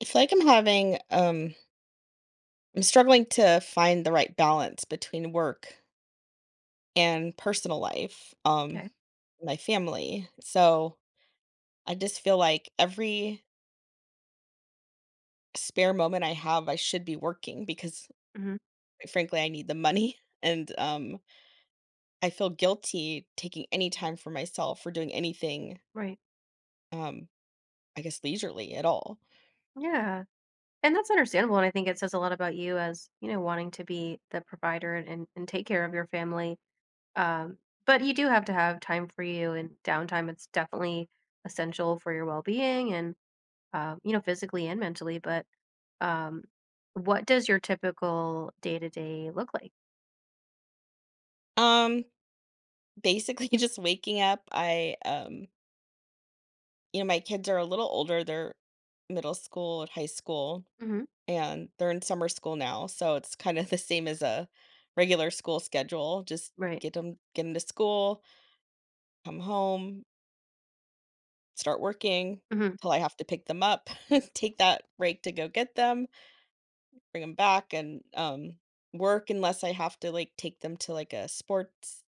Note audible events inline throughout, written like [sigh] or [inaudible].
I feel like I'm having I'm struggling to find the right balance between work and personal life, Okay. my family. So I just feel like every spare moment I have I should be working because Hmm. quite frankly I need the money [laughs] and I feel guilty taking any time for myself or doing anything Right. um I guess, leisurely at all. Yeah. And that's understandable. And I think it says a lot about you as, wanting to be the provider and take care of your family. Um, but you do have to have time for you and downtime. It's definitely essential for your well being, and physically and mentally. But um, what does your typical day to day look like? Um, basically [laughs] just waking up, I you know, my kids are a little older, they're middle school and high school, Hmm. and they're in summer school now, so it's kind of the same as a regular school schedule, just Right. Get them to school, come home, start working Hmm. till I have to pick them up, [laughs] take that break to go get them, bring them back, and, work unless I have to, like, take them to, like, a sports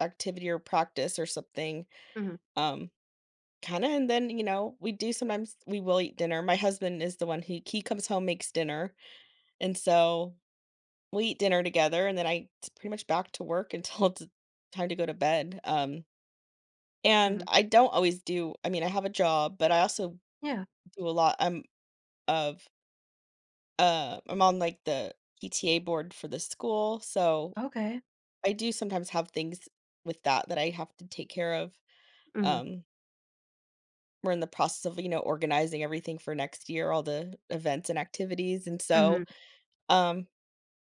activity or practice or something, Hmm. um, kinda and then, you know, we do sometimes we will eat dinner. My husband is the one who he comes home, makes dinner, and so we eat dinner together, and then I it's pretty much back to work [laughs] until it's time to go to bed, and Hmm. I don't always do I mean, I have a job, but I also Yeah. do a lot, of I'm on, like, the PTA board for the school, so Okay. I do sometimes have things with that I have to take care of. Hmm. Um, we're in the process of, you know, organizing everything for next year, all the events and activities, and Hmm. so, um,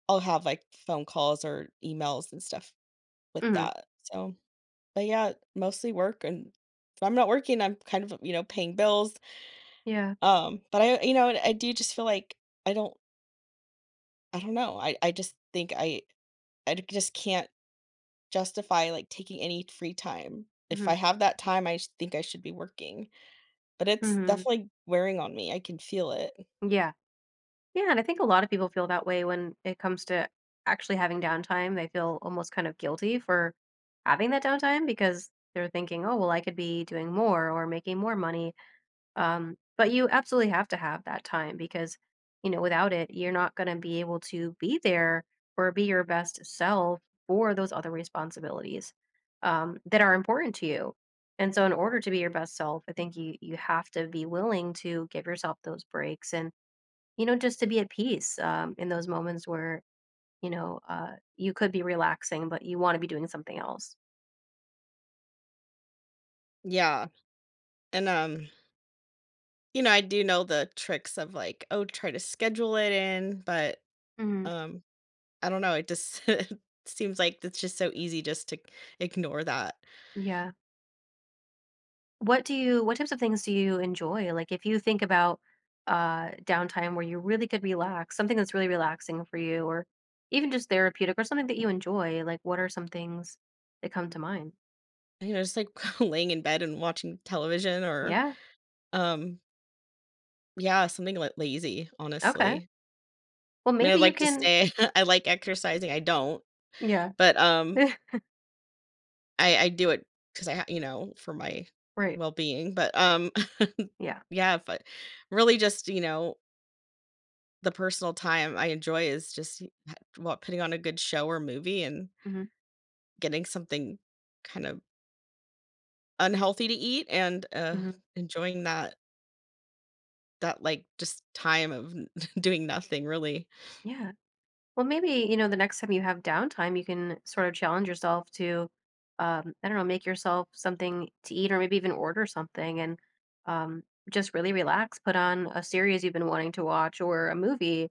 I'll have, like, phone calls or emails and stuff with Hmm. that, so but, yeah, mostly work, and if I'm not working, I'm kind of, you know, paying bills, Yeah. But I you know, I do just feel like I don't I don't know, I just think I just can't justify, like, taking any free time. If Hmm. I have that time, I sh think I should be working, but it's Hmm. definitely wearing on me, I can feel it. Yeah. Yeah, and I think a lot of people feel that way when it comes to actually having downtime. They feel almost kind of guilty for having that downtime because they're thinking, "Oh, well, I could be doing more or making more money." But you absolutely have to have that time because, without it, you're not going to be able to be there or be your best self for those other responsibilities, that are important to you. And so, in order to be your best self, I think you have to be willing to give yourself those breaks, and just to be at peace, in those moments where, you could be relaxing, but you wanna be doing something else. Yeah, and, you know, I do know the tricks of, like, "Oh, try to schedule it in," but, Mhm. um I don't know, it just [laughs] it seems like it's just so easy just to ignore that. Yeah. What types of things do you enjoy? Like, if you think about, downtime where you really could relax, something that's really relaxing for you or even just therapeutic or something that you enjoy, like, what are some things that come to mind? You know, just like [laughs] laying in bed and watching television or, Yeah, um, yeah, something like lazy, okay. honestly. Well, I mean, maybe I'd you like to can. say [laughs] I like exercising, I don't, Yeah. but, [laughs] I do it because I ha you know, for my Right. well-being, but, [laughs] Yeah. yeah, but really just, you know, the personal time I enjoy is just putting on a good show or movie and Mhm, getting something kind of unhealthy to eat and, mhm. enjoying that, like, just time of n [laughs] doing nothing really. Yeah. Well, maybe, the next time you have downtime, you can sort of challenge yourself to, I don't know, make yourself something to eat or maybe even order something, and um, just really relax, put on a series you've been wanting to watch or a movie,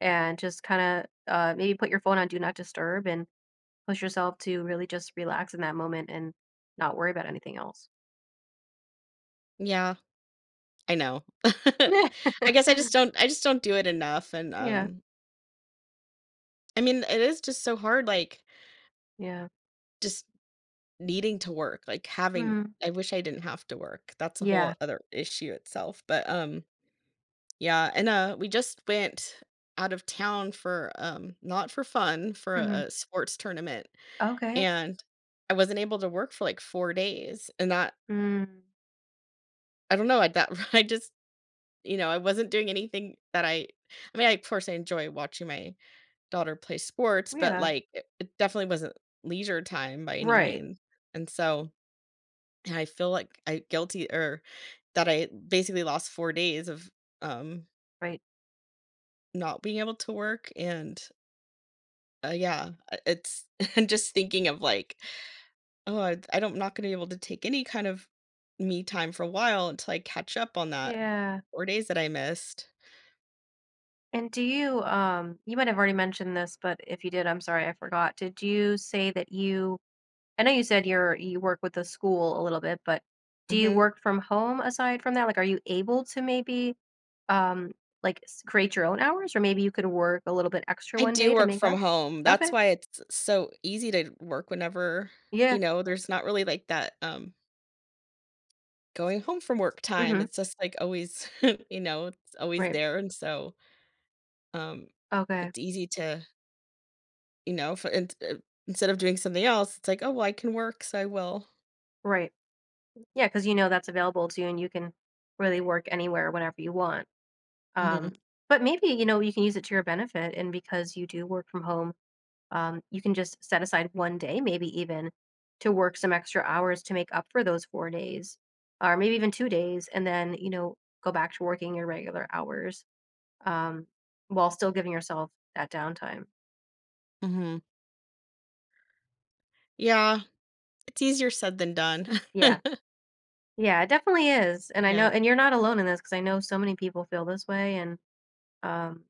and just kind of maybe put your phone on Do Not Disturb and push yourself to really just relax in that moment and not worry about anything else. Yeah, I know. [laughs] [laughs] I just don't do it enough and, Yeah. I mean, it is just so hard, like, Yeah. just needing to work, like, having Mhm. I wish I didn't have to work. That's a whole Yeah. other issue itself, but, yeah, and, we just went out of town for, not for fun, for Hmm. A sports tournament, Okay. and I wasn't able to work for, like, 4 days, and that Mm. I don't know, I that [laughs] I just you know, I wasn't doing anything that I mean, I of course, I enjoy watching my daughter play sports, but, Yeah. like, it definitely wasn't leisure time by any Right. means, and so and I feel like I guilty or that I basically lost 4 days of, um, Right. not being able to work and, yeah, it's [laughs] and just thinking of like, "Oh, I don't not gonna be able to take any kind of me time for a while until I catch up on that Yeah. 4 days that I missed." And you might have already mentioned this, but if you did, I'm sorry, I forgot. Did you say that you, I know you said you work with the school a little bit, but do you Mhm. work from home aside from that? Like, are you able to maybe, um, like create your own hours, or maybe you could work a little bit extra I one do day to work make from up? home. That's Okay. why it's so easy to work whenever, Yeah. you know, there's not really like that, going home from work time, Mm-hmm. it's just, like, always, [laughs] you know, it's always Right. there, and so, um, Okay. it's easy to, you know, for int instead of doing something else, it's like, "Oh, well, I can work, so I will." Right. Yeah, because you know that's available to you, and you can really work anywhere whenever you want. Mhm, Um, but maybe you know you can use it to your benefit, and because you do work from home, you can just set aside one day, maybe even to work some extra hours to make up for those 4 days, or maybe even 2 days, and then, go back to working your regular hours, um, while still giving yourself that downtime. mhm. Yeah, it's easier said than done. [laughs] Yeah. Yeah, it definitely is. And I know, Yeah. and you're not alone in this because I know so many people feel this way. And um,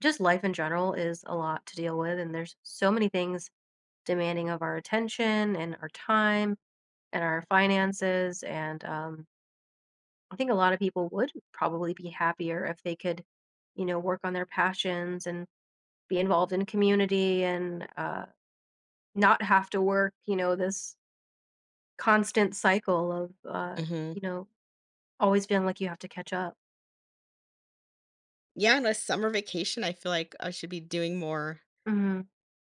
just life in general is a lot to deal with. And there's so many things demanding of our attention and our time and our finances. And I think a lot of people would probably be happier if they could, work on their passions and be involved in community, and not have to work, this constant cycle of, Mhm. you know, always feeling like you have to catch up. Yeah, and a summer vacation, I feel like I should be doing more Hmm.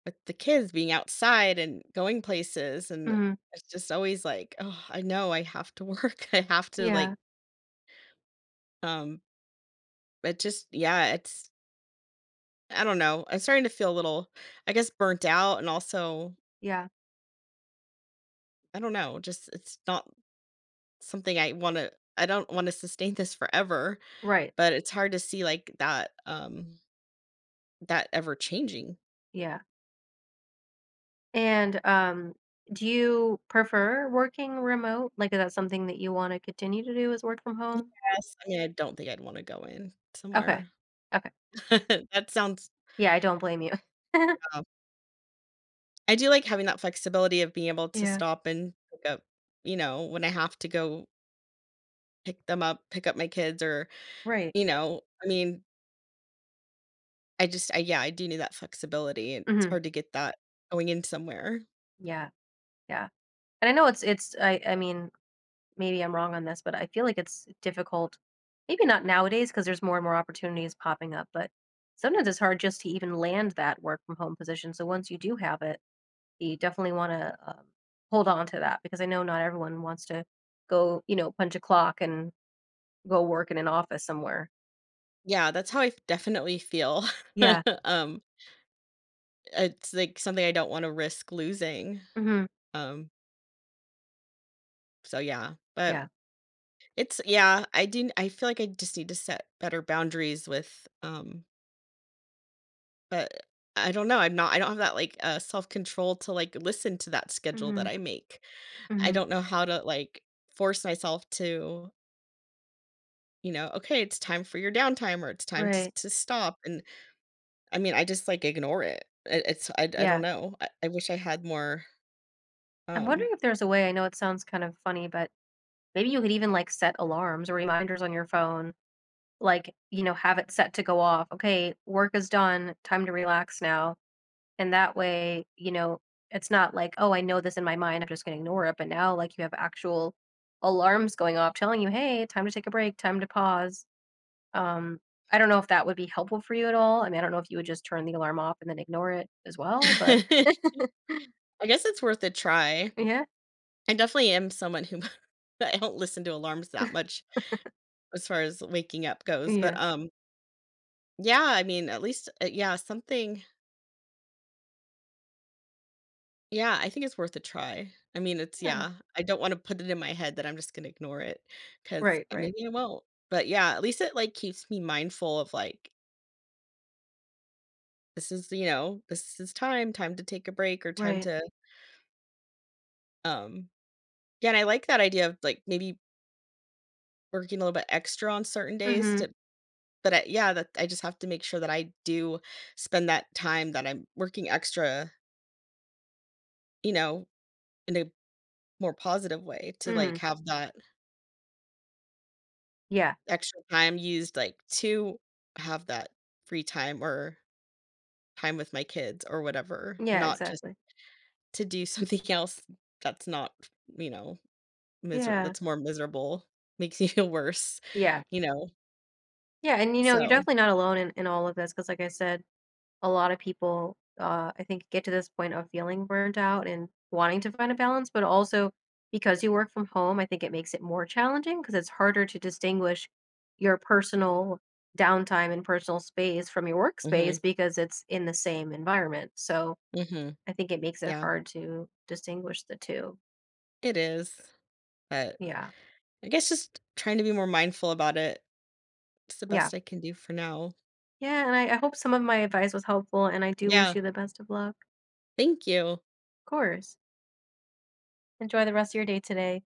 with the kids, being outside and going places, and Hmm. it's just always like, "Oh, I know I have to work. [laughs] I have to, Yeah. like" um, but just yeah, it's I don't know. I'm starting to feel a little, I guess, burnt out, and also, Yeah. I don't know, just it's not something I want to. I don't want to sustain this forever, Right. but it's hard to see like that, that ever changing. Yeah. And do you prefer working remote? Like, is that something that you want to continue to do, is work from home? Yes, I mean, I don't think I'd want to go in Okay. somewhere. Okay. [laughs] That sounds Yeah. I don't blame you. [laughs] tough. I do like having that flexibility of being able to Yeah. stop and pick up, you know, when I have to go pick them up, pick up my kids, or Right. you know, I mean, I just I yeah, I do need that flexibility, and it's Hmm. hard to get that going in somewhere. Yeah. Yeah, and I know it's I mean, maybe I'm wrong on this, but I feel like it's difficult. Maybe not nowadays because there's more and more opportunities popping up, but sometimes it's hard just to even land that work from home position, so once you do have it, you definitely wanna, hold on to that because I know not everyone wants to go, punch a clock and go work in an office somewhere. Yeah, that's how I f definitely feel. [laughs] Yeah. Um, it's, like, something I don't wanna risk losing. Mhm. Um, so, yeah, but Yeah. it's yeah, I do I feel like I just need to set better boundaries with, but I don't know, I don't have that, like, self-control to, like, listen to that schedule that Mhm. I make. I Mhm. don't know how to, like, force myself to, you know, "Okay, it's time for your downtime," or "It's time t Right. to stop," and I mean, I just, like, ignore it. It it's I don't Yeah. know. I wish I had more, I'm wondering um if there's a way. I know it sounds kind of funny, but maybe you could even, like, set alarms or reminders on your phone, like, have it set to go off. Okay, work is done, time to relax now. And that way, it's not like, oh, I know this in my mind, I'm just gonna ignore it. But now, like, you have actual alarms going off telling you, hey, time to take a break, time to pause. Um, I don't know if that would be helpful for you at all. I mean, I don't know if you would just turn the alarm off and then ignore it as well, but [laughs] I guess it's worth a try. yeah, I definitely am someone who [laughs] I don't listen to alarms that much as far as waking up goes, but, yeah, yeah, I mean, at least, yeah, something yeah, I think it's worth a try. I mean, it's yeah. yeah, I don't wanna put it in my head that I'm just gonna ignore it because Right, right, maybe I won't, but, yeah, at least it, like, keeps me mindful of, like, this is, you know, this is time, time to take a break or time right. to, um yeah, and I like that idea of, like, maybe working a little bit extra on certain days Mm-hmm. to but I yeah, that I just have to make sure that I do spend that time that I'm working extra, you know, in a more positive way to, Mm-hmm. like, have that Yeah. extra time used, like, to have that free time or time with my kids or whatever, Yeah, not just exactly. to do [laughs] something else that's not, you know, miser Yeah. that's more miserable, makes you feel worse, Yeah. you know, Yeah, and you're so definitely not alone in all of this because, like I said, a lot of people, I think, get to this point of feeling burnt out and wanting to find a balance, but also because you work from home, I think it makes it more challenging because it's harder to distinguish your personal downtime and personal space from your mhm, workspace because it's in the same environment. So mhm, I think it makes it yeah. hard to distinguish the two. It is, but Yeah. I guess just trying to be more mindful about it. It's the Yeah. best I can do for now. Yeah. And I hope some of my advice was helpful, and I do wish Yeah, you the best of luck. thank you. Of course. Enjoy the rest of your day today.